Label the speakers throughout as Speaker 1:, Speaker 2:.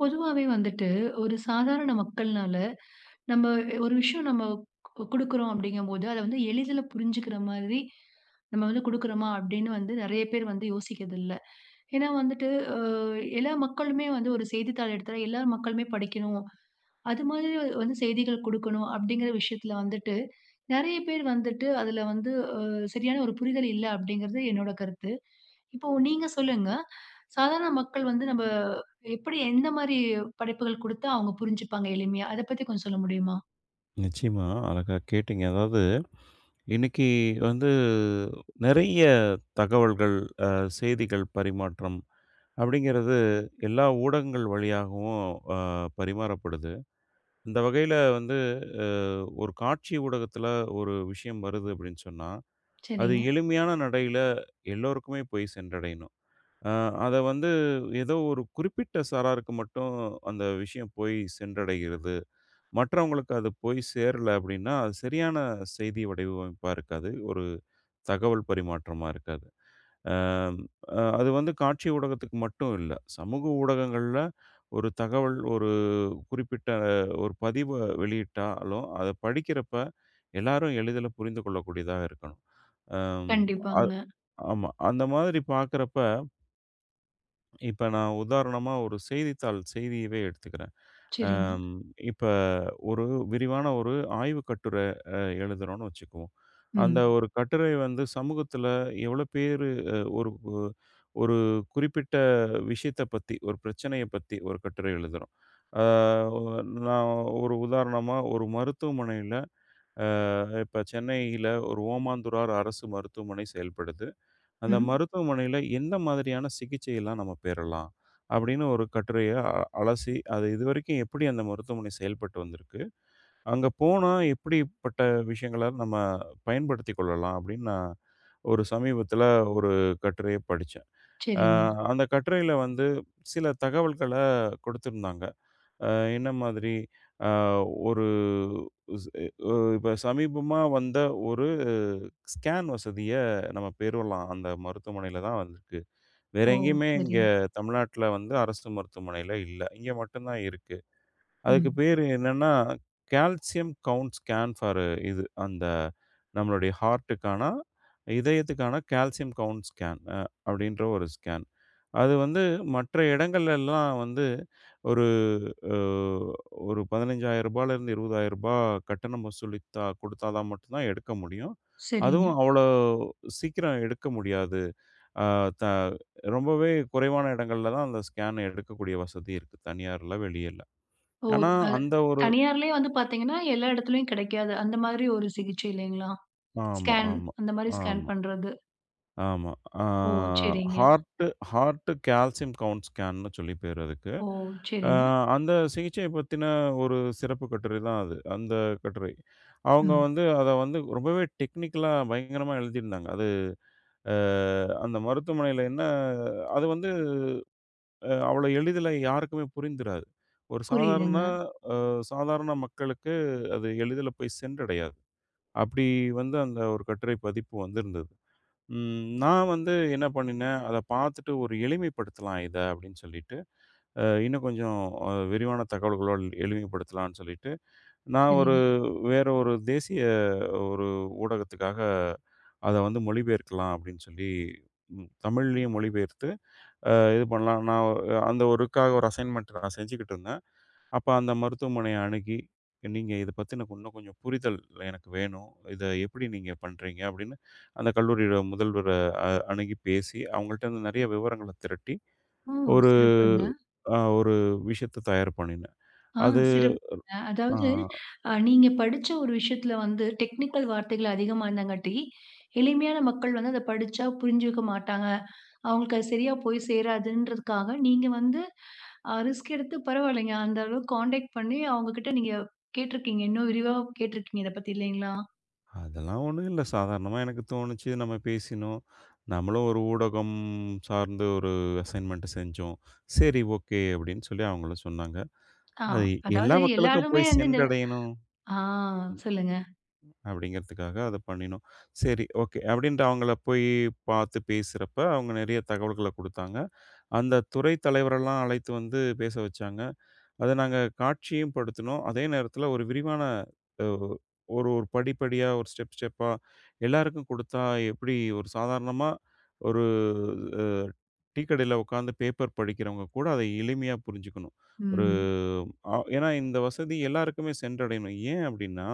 Speaker 1: பொதுவாவே வந்துட்டு, ஒரு சாதாரண மக்கள்னால, நம்ம ஒரு விஷயம் நம்ம குடுக்குறோம் அப்படிங்கும்போது, அத வந்து எளிதில புரிஞ்சுக்கிற மாதிரி, நம்ம வந்து குடுக்குறோமா அப்படின்னு வந்து நெறைய பேர் வந்து யோசிக்கிறதில்ல. ஏன்னா வந்துட்டு, அ எல்லா மக்களுமே வந்து ஒரு செய்தித்தாள் எடுத்தா எல்லா மக்களுமே படிக்கணும். அது மாதிரி வந்து செய்திகள் குடுக்கணும் அப்படிங்கிற விஷயத்துல வந்துட்டு, நெறைய பேர் வந்துட்டு, அதுல வந்து அ சரியான ஒரு புரிதல் இல்ல அப்படிங்கிறது என்னோட கருத்து. இப்போ நீங்க சொல்லுங்க. சாதாரண மக்கள் வந்து நம்ப எப்படி எந்த மாரி படைப்புகள் குடுத்தா அவங்க புரிஞ்சுப்பாங்க எளிமையா? அத பத்தி கொஞ்சம் சொல்ல முடியுமா?
Speaker 2: நிச்சயமா. அழகா கேட்டீங்க. அதாவது இன்னைக்கு வந்து நிறைய தகவல்கள், அ செய்திகள் பரிமாற்றம் அப்படிங்கிறது எல்லா ஊடகங்கள் வழியாகவும் அ பரிமாறப்படுது. இந்த வகையில வந்து அ ஒரு காட்சி ஊடகத்தில ஒரு விஷயம் வருது அப்படின்னு சொன்னா, அது
Speaker 1: சரிங்க.
Speaker 2: எளிமையான நடையில எல்லோருக்குமே போய் சென்றடையணும். அ அத வந்து ஏதோ ஒரு குறிப்பிட்ட சாராருக்கு மட்டும் அந்த விஷயம் போய் சென்றடைகிறது. மற்றவங்களுக்கு அது போய் சேரல அப்படின்னா, அது சரியான செய்தி வடிவமைப்பா இருக்காது. ஒரு தகவல் பரிமாற்றமா இருக்காது. அம் அ அது வந்து காட்சி ஊடகத்துக்கு மட்டும் இல்ல. சமூக ஊடகங்கள்ல ஒரு தகவல் ஒரு குறிப்பிட்ட ஒரு பதிவ வெளியிட்டாலும், அத படிக்கிறப்ப எல்லாரும் எளிதில புரிந்து கொள்ளக்கூடியதா இருக்கணும். அம் அ
Speaker 1: கண்டிப்பாங்க.
Speaker 2: ஆமா. அந்த மாதிரி பார்க்குறப்ப, இப்ப நான் உதாரணமா ஒரு செய்தித்தாள் செய்தியவே எடுத்துக்கிறேன்.
Speaker 1: சரிங்க.
Speaker 2: அம் இப்ப ஒரு விரிவான ஒரு ஆய்வு கட்டுரை எழுதுறோம்னு வச்சுக்குவோம். அந்த
Speaker 1: ம்.
Speaker 2: ஒரு கட்டுரை வந்து சமூகத்தில எவ்வளோ பேரு அ ஒரு ஒ- ஒரு குறிப்பிட்ட விஷயத்த பத்தி, ஒரு பிரச்சனைய பத்தி ஒரு கட்டுரை எழுதுறோம். ஆ நான் ஒரு உதாரணமா ஒரு மருத்துவமனையில இப்ப சென்னையில ஒரு ஓமாந்தூரார் அரசு மருத்துவமனை செயல்படுது. அந்த
Speaker 1: ம்.
Speaker 2: மருத்துவமனையில எந்த மாதிரியான சிகிச்சையெல்லாம் நம்ம பெறலாம்? அப்படின்னு ஒரு கட்டுரைய அலசி, அது இதுவரைக்கும் எப்படி அந்த மருத்துவமனை செயல்பட்டு வந்திருக்கு? அங்க போனா எப்படிப்பட்ட விஷயங்கள நம்ம பயன்படுத்திக் கொள்ளலாம் அப்படின்னு நான் ஒரு சமீபத்தில ஒரு கட்டுரைய படிச்சேன்.
Speaker 1: சரிங்க.
Speaker 2: ம். அந்த கட்டுரையில வந்து சில தகவல்கள கொடுத்திருந்தாங்க. அ என்ன மாதிரி அ ஒரு ஸ் அ இப்ப சமீபமா வந்த ஒரு ஸ்கேன் வசதிய நம்ம பெறலாம். அந்த மருத்துவமனையில தான் வந்திருக்கு. வேற
Speaker 1: ஓ!
Speaker 2: எங்கேயுமே இங்க
Speaker 1: சரிங்க.
Speaker 2: தமிழ்நாட்ல வந்து அரசு மருத்துவமனையில இல்ல. இங்க மட்டும் தான் இருக்கு. அதுக்கு
Speaker 1: ம்.
Speaker 2: பேரு என்னன்னா, கால்சியம் கவுண்ட் ஸ்கேன் ஃபார் இது. அந்த நம்மளுடைய ஹார்ட்டுக்கான, இதயத்துக்கான கால்சியம் கவுண்ட் ஸ்கேன் அப்படின்ற ஒரு ஸ்கேன். அது வந்து மற்ற இடங்கள்லலாம் வந்து ஒரு அ ஒரு ரூ. 15,000லேருந்து ரூ. 20,000 கட்டணம் வசூலித்தா குடுத்தா தான் மட்டும் தான் எடுக்க முடியும்.
Speaker 1: சரிங்க.
Speaker 2: அதுவும் அவ்வளோ சீக்கிரம் எடுக்க முடியாது. அ த ரொம்பவே குறைவான இடங்கள்ல தான் அந்த ஸ்கேன் எடுக்கக்கூடிய வசதி இருக்கு. தனியார்ல, வெளியில.
Speaker 1: ஓ!
Speaker 2: ஆனா,
Speaker 1: அ
Speaker 2: அந்த ஒரு
Speaker 1: தனியார்லயே வந்து பார்த்தீங்கன்னா, எல்லா இடத்துலயும் கிடைக்காது. அந்த மாதிரி ஒரு சிகிச்சை இல்லைங்களா?
Speaker 2: ஆமா,
Speaker 1: ஸ்கேன்
Speaker 2: ஆமா,
Speaker 1: அந்த மாரி ஸ்கேன்
Speaker 2: ஆமா,
Speaker 1: பண்றது.
Speaker 2: ஆமா. ஆ
Speaker 1: ஓ! சரிங்க.
Speaker 2: ஹார்ட்டு ஹார்ட்டு கால்சியம் கவுண்ட் ஸ்கேன்னு சொல்லி பேரு அதுக்கு.
Speaker 1: ஓ!
Speaker 2: ஆ
Speaker 1: சரிங்க.
Speaker 2: அந்த சிகிச்சைய பத்தின ஒரு சிறப்பு கட்டுரை தான் அது. அந்த கட்டுரை. அவங்க
Speaker 1: ம்.
Speaker 2: வந்து அத வந்து ரொம்பவே டெக்னிக்கலா பயங்கரமா எழுதியிருந்தாங்க. அது அ அந்த மருத்துவமனையில என்ன அது வந்து அவ்வளோ எளிதில யாருக்குமே புரிந்துராது. ஒரு சாதாரண
Speaker 1: புரியுதுங்க.
Speaker 2: அ சாதாரண மக்களுக்கு அது எளிதில போய் சென்றடையாது. அப்படி வந்து அந்த ஒரு கட்டுரை பதிப்பு வந்திருந்தது. நான் வந்து என்ன பண்ணினேன், அத பார்த்துட்டு ஒரு எளிமைப்படுத்தலாம் இத அப்படின்னு சொல்லிட்டு, இன்னும் கொஞ்சம் விரிவான தகவல்களோட எளிமைப்படுத்தலாம்னு சொல்லிட்டு, நான் ஒரு
Speaker 1: சரிங்க.
Speaker 2: வேற ஒரு தேசிய ஒரு ஊடகத்துக்காக அத வந்து மொழிபெயர்க்கலாம் அப்படின்னு சொல்லி தமிழ்லயும் மொழிபெயர்த்து இது பண்ணலாம். அந்த ஒர்க்காக ஒரு அசைன்மென்ட் நான் செஞ்சுகிட்டு இருந்தேன். அப்ப அந்த மருத்துவமனைய அணுகி, நீங்க இத பத்தின இன்னும் கொஞ்சம் புரிதல் எனக்கு வேணும். இத எப்படி நீங்க பண்றீங்க? அப்படின்னு அந்த கல்லூரியோட முதல்வர அணுகி பேசி, அவங்கள்ட்ட இருந்து நெறைய விவரங்கள திரட்டி,
Speaker 1: ஓ!
Speaker 2: ஒரு
Speaker 1: சிறப்புங்க.
Speaker 2: ஒரு விஷயத்த தயார் பண்ணினேன்.
Speaker 1: ஆ
Speaker 2: அது
Speaker 1: சிறப்புங்க.
Speaker 2: ஆ
Speaker 1: அதாவது நீங்க படிச்ச ஒரு விஷயத்துல வந்து டெக்னிக்கல் வார்த்தைகள் அதிகமா இருந்தாங்காட்டி, எளிமையான மக்கள் வந்து அத படிச்சா புரிஞ்சுக்க மாட்டாங்க. அவங்களுக்கு அது சரியா போய் சேராதுன்றதுக்காக, நீங்க வந்து ரிஸ்க் எடுத்து பரவாயில்லைங்க. அந்த அளவுக்கு கான்டாக்ட் பண்ணி அவங்க கிட்ட நீங்க கேட்டிருக்கீங்க. இன்னும் விரிவா கேட்டிருக்கீங்க இத பத்தி இல்லைங்களா?
Speaker 2: அதெல்லாம் ஒண்ணும் இல்ல. சாதாரணமா எனக்கு தோணுச்சு. நம்ம பேசினோம். நம்மளும் ஒரு ஊடகம் சார்ந்து ஒரு அசைன்மென்ட் செஞ்சோம். சரி, ஓகே அப்படின்னு சொல்லி அவங்களும் சொன்னாங்க.
Speaker 1: ஆ
Speaker 2: அது எல்லா
Speaker 1: அதாவது
Speaker 2: மக்களுக்கும்
Speaker 1: எல்லாருமே
Speaker 2: போய்
Speaker 1: வந்து இந்த
Speaker 2: சென்றடையணும்.
Speaker 1: ஆ சொல்லுங்க.
Speaker 2: அப்படிங்கிறதுக்காக அத பண்ணினோம். சரி, ஓகே. அப்படின்ட்டு அவங்கள போய் பார்த்து பேசுறப்ப, அவங்க நெறைய தகவல்கள குடுத்தாங்க. அந்த துறை தலைவரெல்லாம் அழைத்து வந்து பேச வச்சாங்க. அத நாங்க காட்சியும் படுத்துனோம். அதே நேரத்தில ஒரு விரிவான அ ஒரு ஒரு படிப்படியா, ஒரு ஸ்டெப் ஸ்டெப்பா எல்லாருக்கும் குடுத்தா எப்படி ஒரு சாதாரணமா ஒரு அ டீ கடையில உட்காந்து பேப்பர் படிக்கிறவங்க கூட அதை எளிமையா புரிஞ்சுக்கணும். ஒரு
Speaker 1: ம்.
Speaker 2: அ ஏன்னா இந்த வசதி எல்லாருக்குமே சென்றடையணும். ஏன் அப்படின்னா,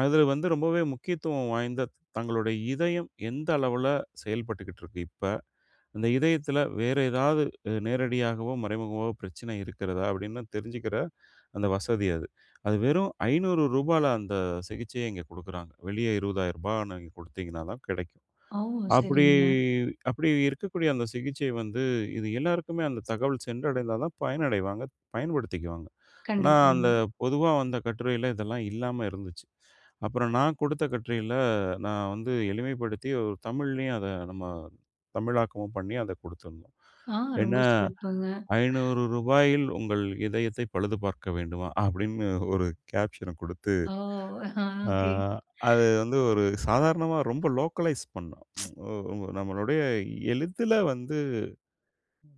Speaker 2: அதுல வந்து ரொம்பவே முக்கியத்துவம் வாய்ந்த தங்களுடைய இதயம் எந்த அளவுல செயல்பட்டுக்கிட்டு இருக்கு இப்ப. அந்த இதயத்துல வேற ஏதாவது நேரடியாகவோ, மறைமுகமாவோ பிரச்சனை இருக்கிறதா? அப்படின்னு தெரிஞ்சுக்கிற அந்த வசதி அது. அது வெறும் ரூ. 500ல அந்த சிகிச்சைய இங்க குடுக்குறாங்க. வெளிய ரூ. 20,000 நீங்க குடுத்தீங்கன்னா தான் கிடைக்கும்.
Speaker 1: ஓ!
Speaker 2: அப்படி
Speaker 1: சரிங்க.
Speaker 2: அப்படி இருக்கக்கூடிய அந்த சிகிச்சை வந்து, இது எல்லாருக்குமே அந்த தகவல் சென்றடைந்தா தான் பயனடைவாங்க, பயன்படுத்திக்குவாங்க. ஆனா,
Speaker 1: கண்டிப்பாங்க.
Speaker 2: அந்த பொதுவா வந்த கட்டுரையில இதெல்லாம் இல்லாம இருந்துச்சு. அப்புறம் நான் குடுத்த கட்டுரையில, நான் வந்து எளிமைப்படுத்தி ஒரு தமிழ்லயும் அத நம்ம தமிழாக்கமும் பண்ணி அத குடுத்துருந்தோம்.
Speaker 1: ஆ
Speaker 2: என்ன
Speaker 1: ரொம்ப
Speaker 2: ரூ.
Speaker 1: சிறப்புங்க.
Speaker 2: 500 ரூபாயில் உங்கள் இதயத்தை பழுது பார்க்க வேண்டுமா? அப்படின்னு ஒரு கேப்ஷன குடுத்து
Speaker 1: ஓ! ஆ
Speaker 2: ஆ
Speaker 1: ஓகே.
Speaker 2: அது வந்து ஒரு சாதாரணமா ரொம்ப லோக்கலைஸ் பண்ணோம். ரொம்ப நம்மளுடைய எழுத்துல வந்து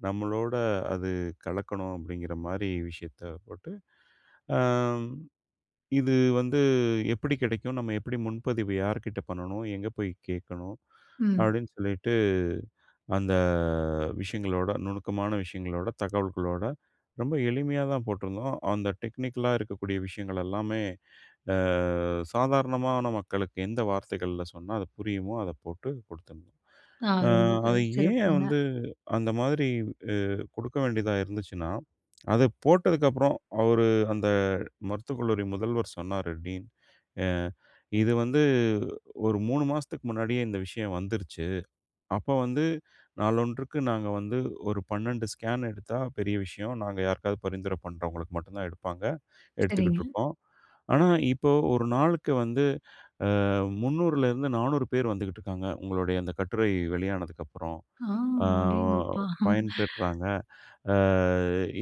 Speaker 2: நம்மளோட அது கலக்கணும் அப்படிங்கிற மாரி விஷயத்த போட்டு, ஆம் இது வந்து எப்படி கிடைக்கும்? நம்ம எப்படி முன்பதிவு யார்கிட்ட பண்ணணும்? எங்க போய் கேட்கணும்?
Speaker 1: ம்.
Speaker 2: அப்படின்னு சொல்லிட்டு அந்த விஷயங்களோட, நுணுக்கமான விஷயங்களோட, தகவல்களோட ரொம்ப எளிமையா தான் போட்டிருந்தோம். அந்த டெக்னிக்கலா இருக்கக்கூடிய விஷயங்கள் எல்லாமே அ சாதாரணமான மக்களுக்கு எந்த வார்த்தைகள்ல சொன்னா அது புரியுமோ, அத போட்டு குடுத்துடணும்.
Speaker 1: ஆ
Speaker 2: அ
Speaker 1: ரொம்ப
Speaker 2: அது ஏன்
Speaker 1: சிறப்புங்க.
Speaker 2: வந்து அந்த மாதிரி அ குடுக்க வேண்டியதா இருந்துச்சுன்னா, அது போட்டதுக்கப்புறம் அவரு அந்த மருத்துவக் கல்லூரி முதல்வர் சொன்னாரு, டீன். அ "இது வந்து ஒரு 3 மாசத்துக்கு முன்னாடியே இந்த விஷயம் வந்துருச்சு. அப்ப வந்து நாளொன்றுக்கு நாங்க வந்து ஒரு 12 ஸ்கேன் எடுத்தா பெரிய விஷயம். நாங்க யாருக்காவது பரிந்துரை பண்றவங்களுக்கு மட்டும் தான் எடுப்பாங்க.
Speaker 1: சரிங்க.
Speaker 2: எடுத்துக்கிட்டு இருக்கோம். ஆனா இப்போ ஒரு நாளுக்கு வந்து" 300லேருந்து 400 பேர் வந்துகிட்டு இருக்காங்க. உங்களுடைய அந்த கட்டுரை வெளியானதுக்கப்புறம்.
Speaker 1: ஆ
Speaker 2: ஆ
Speaker 1: அடேங்கப்பா!
Speaker 2: பயன்பெறுறாங்க. ஆ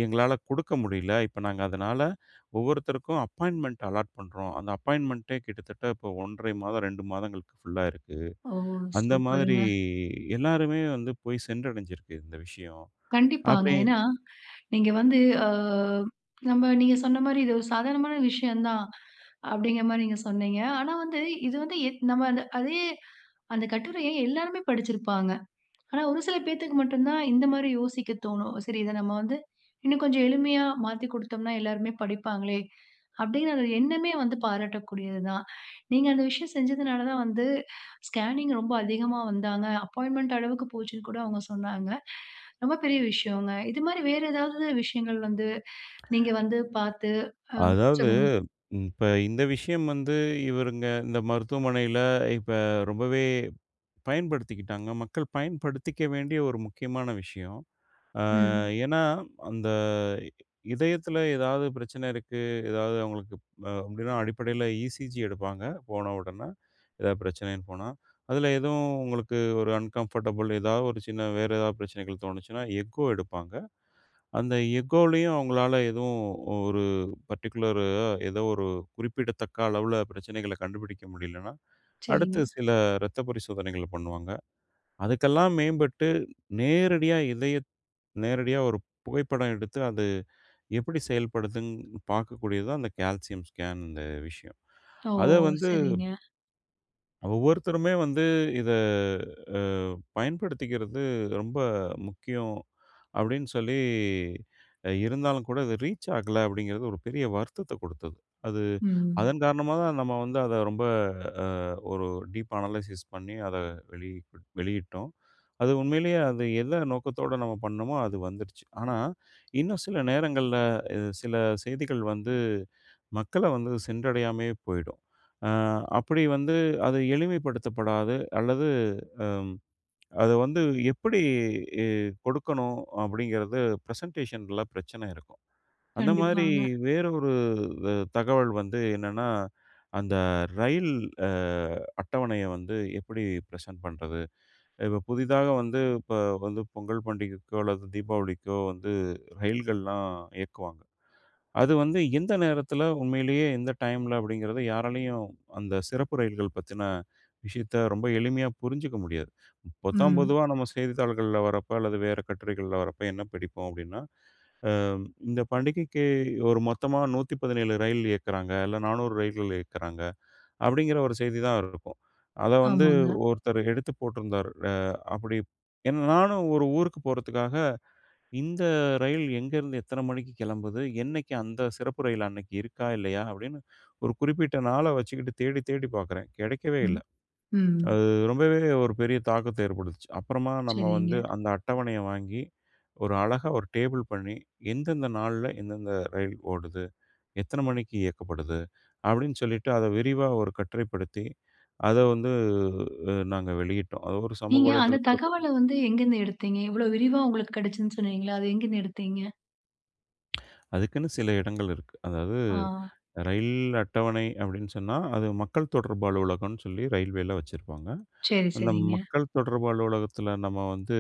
Speaker 2: எங்களால குடுக்க முடியல. இப்ப நாங்க அதனால ஒவ்வொருத்தருக்கும் அப்பாயின்ட்மென்ட் அலாட் பண்றோம். அந்த அப்பாயின்ட்மென்ட்டே கிட்டத்தட்ட இப்போ 1 1/2 மாதம், 2 மாதங்களுக்கு ஃபுல்லா இருக்கு.
Speaker 1: ஓ!
Speaker 2: அந்த மாதிரி
Speaker 1: சூப்பருங்க.
Speaker 2: எல்லாருமே வந்து போய் சென்றடைஞ்சிருக்கு இந்த விஷயம்.
Speaker 1: கண்டிப்பாங்க.
Speaker 2: அப்படி
Speaker 1: ஏன்னா, நீங்க வந்து அ நம்ம நீங்க சொன்ன மாரி இது ஒரு சாதாரணமான விஷயம் தான், அப்படிங்கிற மாரி நீங்க சொன்னீங்க. ஆனா வந்து, இது வந்து நம்ம அந்த அதே அந்த கட்டுரைய எல்லாருமே படிச்சிருப்பாங்க. ஆனா, ஒரு சில பேத்துக்கு மட்டும் தான் இந்த மாரி யோசிக்க தோணும். சரி இத நம்ம வந்து இன்னும் கொஞ்சம் எளிமையா மாத்தி குடுத்தோம்னா எல்லாருமே படிப்பாங்களே! அப்டிங்கிற அந்த எண்ணமே வந்து பாராட்டக்கூடியது தான். நீங்க அந்த விஷயம் செஞ்சதுனால தான் வந்து ஸ்கேனிங் ரொம்ப அதிகமா வந்தாங்க. அப்பாயின்ட்மென்ட் அளவுக்கு போச்சுன்னு கூட அவங்க சொன்னாங்க. ரொம்ப பெரிய விஷயங்க. இது மாரி வேற ஏதாவது விஷயங்கள் வந்து நீங்க வந்து பார்த்து அ
Speaker 2: அதாவது
Speaker 1: சொல்லுங்க.
Speaker 2: இப்ப இந்த விஷயம் வந்து இவருங்க இந்த மருத்துவமனையில இப்ப ரொம்பவே பயன்படுத்திக்கிட்டாங்க. மக்கள் பயன்படுத்திக்க வேண்டிய ஒரு முக்கியமான விஷயம். அ
Speaker 1: ம்.
Speaker 2: ஏன்னா, அந்த இதயத்தில ஏதாவது பிரச்சனை இருக்கு, ஏதாவது அவங்களுக்கு அப்படின்னா அடிப்படையில இசிஜி எடுப்பாங்க, போன உடனே. ஏதாவது பிரச்சனைன்னு போனா. அதில எதுவும் உங்களுக்கு ஒரு அன்கம்ஃபர்டபுள் ஏதாவது ஒரு சின்ன வேறு ஏதாவது பிரச்சனைகள் தோணுச்சுன்னா, எக்கோ எடுப்பாங்க. அந்த எக்கோலயும் அவங்களால எதுவும் ஒரு பர்ட்டிகுலர் ஏதோ ஒரு குறிப்பிடத்தக்க அளவுல பிரச்சனைகள கண்டுபிடிக்க முடியலன்னா,
Speaker 1: சரிங்க.
Speaker 2: அடுத்து சில இரத்த பரிசோதனைகள பண்ணுவாங்க. அதுக்கெல்லாம் மேம்பட்டு, நேரடியா இதய நேரடியா ஒரு புகைப்படம் எடுத்து, அது எப்படி செயல்படுதுன்னு பார்க்கக்கூடியது தான் அந்த கால்சியம் ஸ்கேன் இந்த விஷயம்.
Speaker 1: ஓ!
Speaker 2: அத வந்து
Speaker 1: சரிங்க.
Speaker 2: ஒவ்வொருத்தருமே வந்து இத அ பயன்படுத்திக்கிறது ரொம்ப முக்கியம் அப்படின்னு சொல்லி, இருந்தாலும் கூட அது ரீச் ஆகல அப்படிங்கிறது ஒரு பெரிய வருத்தத்த குடுத்தது. அது
Speaker 1: ம்.
Speaker 2: அதன் காரணமா தான் நம்ம வந்து அத ரொம்ப அ ஒரு டீப் அனலைசிஸ் பண்ணி அத வெளி வெளியிட்டோம். அது உண்மையிலேயே அது எந்த நோக்கத்தோட நம்ம பண்ணோமோ அது வந்துருச்சு. ஆனா, இன்னும் சில நேரங்கள்ல சில செய்திகள் வந்து மக்கள வந்து சென்றடையாமயே போயிடும். அ அப்படி வந்து அது எளிமைப்படுத்தப்படாது அல்லது அத வந்து எப்படி இ கொடுக்கணும் அப்படிங்கிறது பிரசன்டேஷன்ல பிரச்சனை இருக்கும். அந்த மாதிரி
Speaker 1: கண்டிப்பாங்க.
Speaker 2: வேறொரு தகவல் வந்து என்னன்னா, அந்த ரயில் அ அட்டவணைய வந்து எப்படி பிரசன்ட் பண்றது? இப்ப புதிதாக வந்து இப்ப வந்து பொங்கல் பண்டிகைக்கோ அல்லது தீபாவளிக்கோ வந்து ரயில்கள்லாம் இயக்குவாங்க. அது வந்து எந்த நேரத்துல, உண்மையிலேயே எந்த டைம்ல அப்படிங்கிறத யாராலயும் அந்த சிறப்பு ரயில்கள் பத்தின விஷயத்த ரொம்ப எளிமையா புரிஞ்சுக்க முடியாது. பொத்தாம்
Speaker 1: ம்.
Speaker 2: பொதுவா நம்ம செய்தித்தாள்கள்ல வரப்ப, அல்லது வேற கட்டுரைகள்ல வரப்ப என்ன படிப்போம் அப்படின்னா, அ இந்த பண்டிகைக்கு ஒரு மொத்தமா 117 ரயில் இயக்குறாங்க, இல்ல 400 ரயில்கள் இயக்குறாங்க அப்படிங்கிற ஒரு செய்தி தான் இருக்கும். அத வந்து
Speaker 1: ஆமாங்க.
Speaker 2: ஒருத்தர் எடுத்து போட்டிருந்தார். அப்படி ஏன்னா நானும் ஒரு ஊருக்கு போறதுக்காக இந்த ரயில் எங்கேருந்து எத்தனை மணிக்கு கிளம்புது? என்னைக்கு அந்த சிறப்பு ரயில் அன்னைக்கு இருக்கா? இல்லையா? அப்படின்னு ஒரு குறிப்பிட்ட நாள வச்சுக்கிட்டு தேடி தேடி பார்க்குறேன். கிடைக்கவே இல்ல.
Speaker 1: ம். ம்.
Speaker 2: அது ரொம்பவே ஒரு பெரிய தாக்கத்த ஏற்படுத்துச்சு. அப்புறமா நம்ம வந்து
Speaker 1: சரிங்க.
Speaker 2: அந்த அட்டவணைய வாங்கி, ஒரு அழகா ஒரு டேபிள் பண்ணி, எந்தெந்த நாள்ல எந்தெந்த ரயில் ஓடுது? எத்தனை மணிக்கு இயக்கப்படுது? அப்படின்னு சொல்லிட்டு அத விரிவா ஒரு கட்டுரைப்படுத்தி, அத வந்து நாங்க வெளியிட்டோம். அது ஒரு சமூக
Speaker 1: நீங்க அந்த
Speaker 2: வலைதளத்தில கூட
Speaker 1: தகவல வந்து எங்கேருந்து எடுத்தீங்க? இவ்வளோ விரிவா உங்களுக்கு கிடைச்சுதுன்னு சொன்னீங்களே, அது எங்கேருந்து எடுத்தீங்க?
Speaker 2: அதுக்குன்னு சில இடங்கள் இருக்கு. அதாவது
Speaker 1: ஆ.
Speaker 2: ரயில் அட்டவணை அப்படின்னு சொன்னா, அது மக்கள் தொடர்பு அலுவலகம்னு சொல்லி ரயில்வேல வச்சிருப்பாங்க.
Speaker 1: சரி,
Speaker 2: அந்த
Speaker 1: சரிங்க.
Speaker 2: மக்கள் தொடர்பு அலுவலகத்துல நம்ம வந்து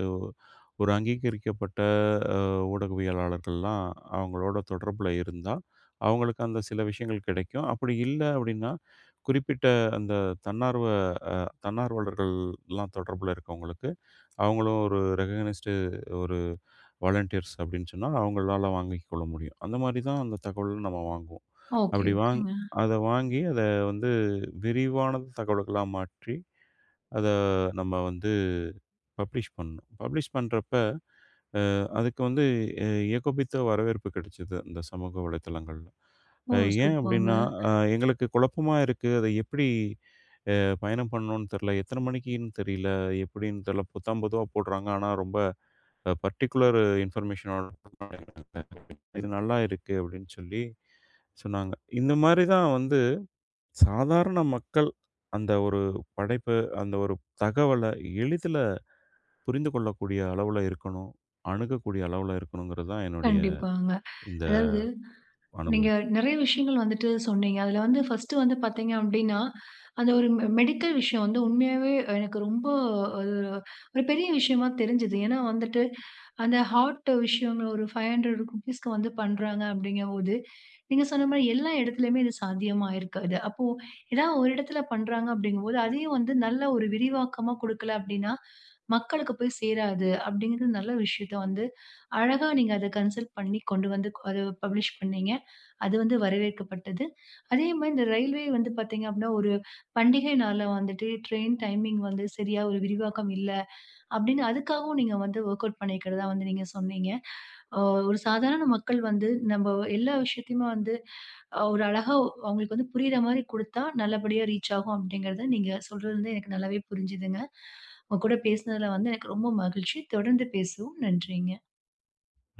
Speaker 2: அ ஒரு அங்கீகரிக்கப்பட்ட அ ஊடகவியலாளர்கள்லாம் அவங்களோட தொடர்புல இருந்தா, அவங்களுக்கு அந்த சில விஷயங்கள் கிடைக்கும். அப்படி இல்ல அப்படின்னா, குறிப்பிட்ட அந்த தன்னார்வ தன்னார்வலர்கள்லாம் தொடர்புல இருக்கவங்களுக்கு, அவங்களும் ஒரு ரெககனைஸ்டு ஒரு வாலண்டியர்ஸ் அப்படின்னு சொன்னா, அவங்களால வாங்கிக் கொள்ள முடியும். அந்த மாரி தான் அந்த தகவல நம்ம வாங்குவோம்.
Speaker 1: ஓகே,
Speaker 2: அப்படி வாங்
Speaker 1: ஓகேங்க.
Speaker 2: அத வாங்கி அத வந்து விரிவான தகவல்களா மாற்றி, அத நம்ம வந்து பப்ளிஷ் பண்ணணும். பப்ளிஷ் பண்றப்ப அதுக்கு வந்து எ ஏகோபித்த வரவேற்பு கிடைச்சது அந்த சமூக வலைத்தளங்கள்ல.
Speaker 1: ஓ!
Speaker 2: அ ஏன்
Speaker 1: சூப்பர்ங்க.
Speaker 2: அப்படின்னா, எங்களுக்கு குழப்பமா இருக்கு. அத எப்படி பயணம் பண்ணணும்னு தெரியல. எத்தன மணிக்குன்னு தெரியல. எப்படின்னு தெரியல. புத்தாம், புதுவா போடுறாங்க. ஆனா ரொம்ப பர்ட்டிகுலர் இன்ஃபர்மேஷனோட இது நல்லா இருக்கு அப்படின்னு சொல்லி சொன்னாங்க. இந்த மாரி தான் வந்து சாதாரண மக்கள் அந்த ஒரு படைப்ப, அந்த ஒரு தகவல எளிதில புரிந்து கொள்ளக்கூடிய அளவுல இருக்கணும். அணுகக்கூடிய அளவுல இருக்கணுங்கிறது தான் என்னுடைய
Speaker 1: கண்டிப்பாங்க.
Speaker 2: இந்த
Speaker 1: அதாவது நீங்க
Speaker 2: அனுபவம்.
Speaker 1: நிறைய விஷயங்கள் வந்துட்டு சொன்னீங்க. அதுல வந்து ஃபர்ஸ்ட்டு வந்து பார்த்தீங்க அப்டின்னா, அந்த ஒரு மெடிக்கல் விஷயம் வந்து உண்மையாவே எனக்கு ரொம்ப அது ஒரு பெரிய விஷயமா தெரிஞ்சது. ஏன்னா வந்துட்டு, அந்த ஹார்ட் விஷயங்கள் ஒரு ரூ. 500க்கு வந்து பண்றாங்க அப்டிங்கம்போது, நீங்க சொன்ன மாரி எல்லா இடத்துலயுமே இது சாத்தியமா இருக்காது. அப்போ ஏதாவது ஒரு இடத்துல பண்றாங்க அப்டிங்கும்போது, அதையும் வந்து நல்ல ஒரு விரிவாக்கமா குடுக்கல அப்டின்னா, மக்களுக்கு போய் சேராது அப்டிங்கிறது நல்ல விஷயத்த வந்து அழகா நீங்க அத கன்சல்ட் பண்ணி கொண்டு வந்து அத பப்ளிஷ் பண்ணீங்க. அது வந்து வரவேற்கப்பட்டது. அதே மாரி இந்த ரயில்வே வந்து பார்த்தீங்க அப்டின்னா, ஒரு பண்டிகை நாள்ல வந்துட்டு ட்ரெயின் டைமிங் வந்து சரியா ஒரு விரிவாக்கம் இல்ல அப்டின்னு அதுக்காகவும் நீங்க வந்து வொர்க் அவுட் பண்ணிக்கிறதா வந்து நீங்க சொன்னீங்க. அ ஒரு சாதாரண மக்கள் வந்து நம்ம எல்லா விஷயத்தையுமே வந்து ஒரு அழகா அவங்களுக்கு வந்து புரியிற மாரி குடுத்தா நல்லபடியா ரீச் ஆகும் அப்டிங்கிறத நீங்க சொல்றது வந்து எனக்கு நல்லாவே புரிஞ்சுதுங்க. உங்க கூட பேசினதுல வந்து எனக்கு ரொம்ப மகிழ்ச்சி. தொடர்ந்து பேசுவோம். நன்றிங்க.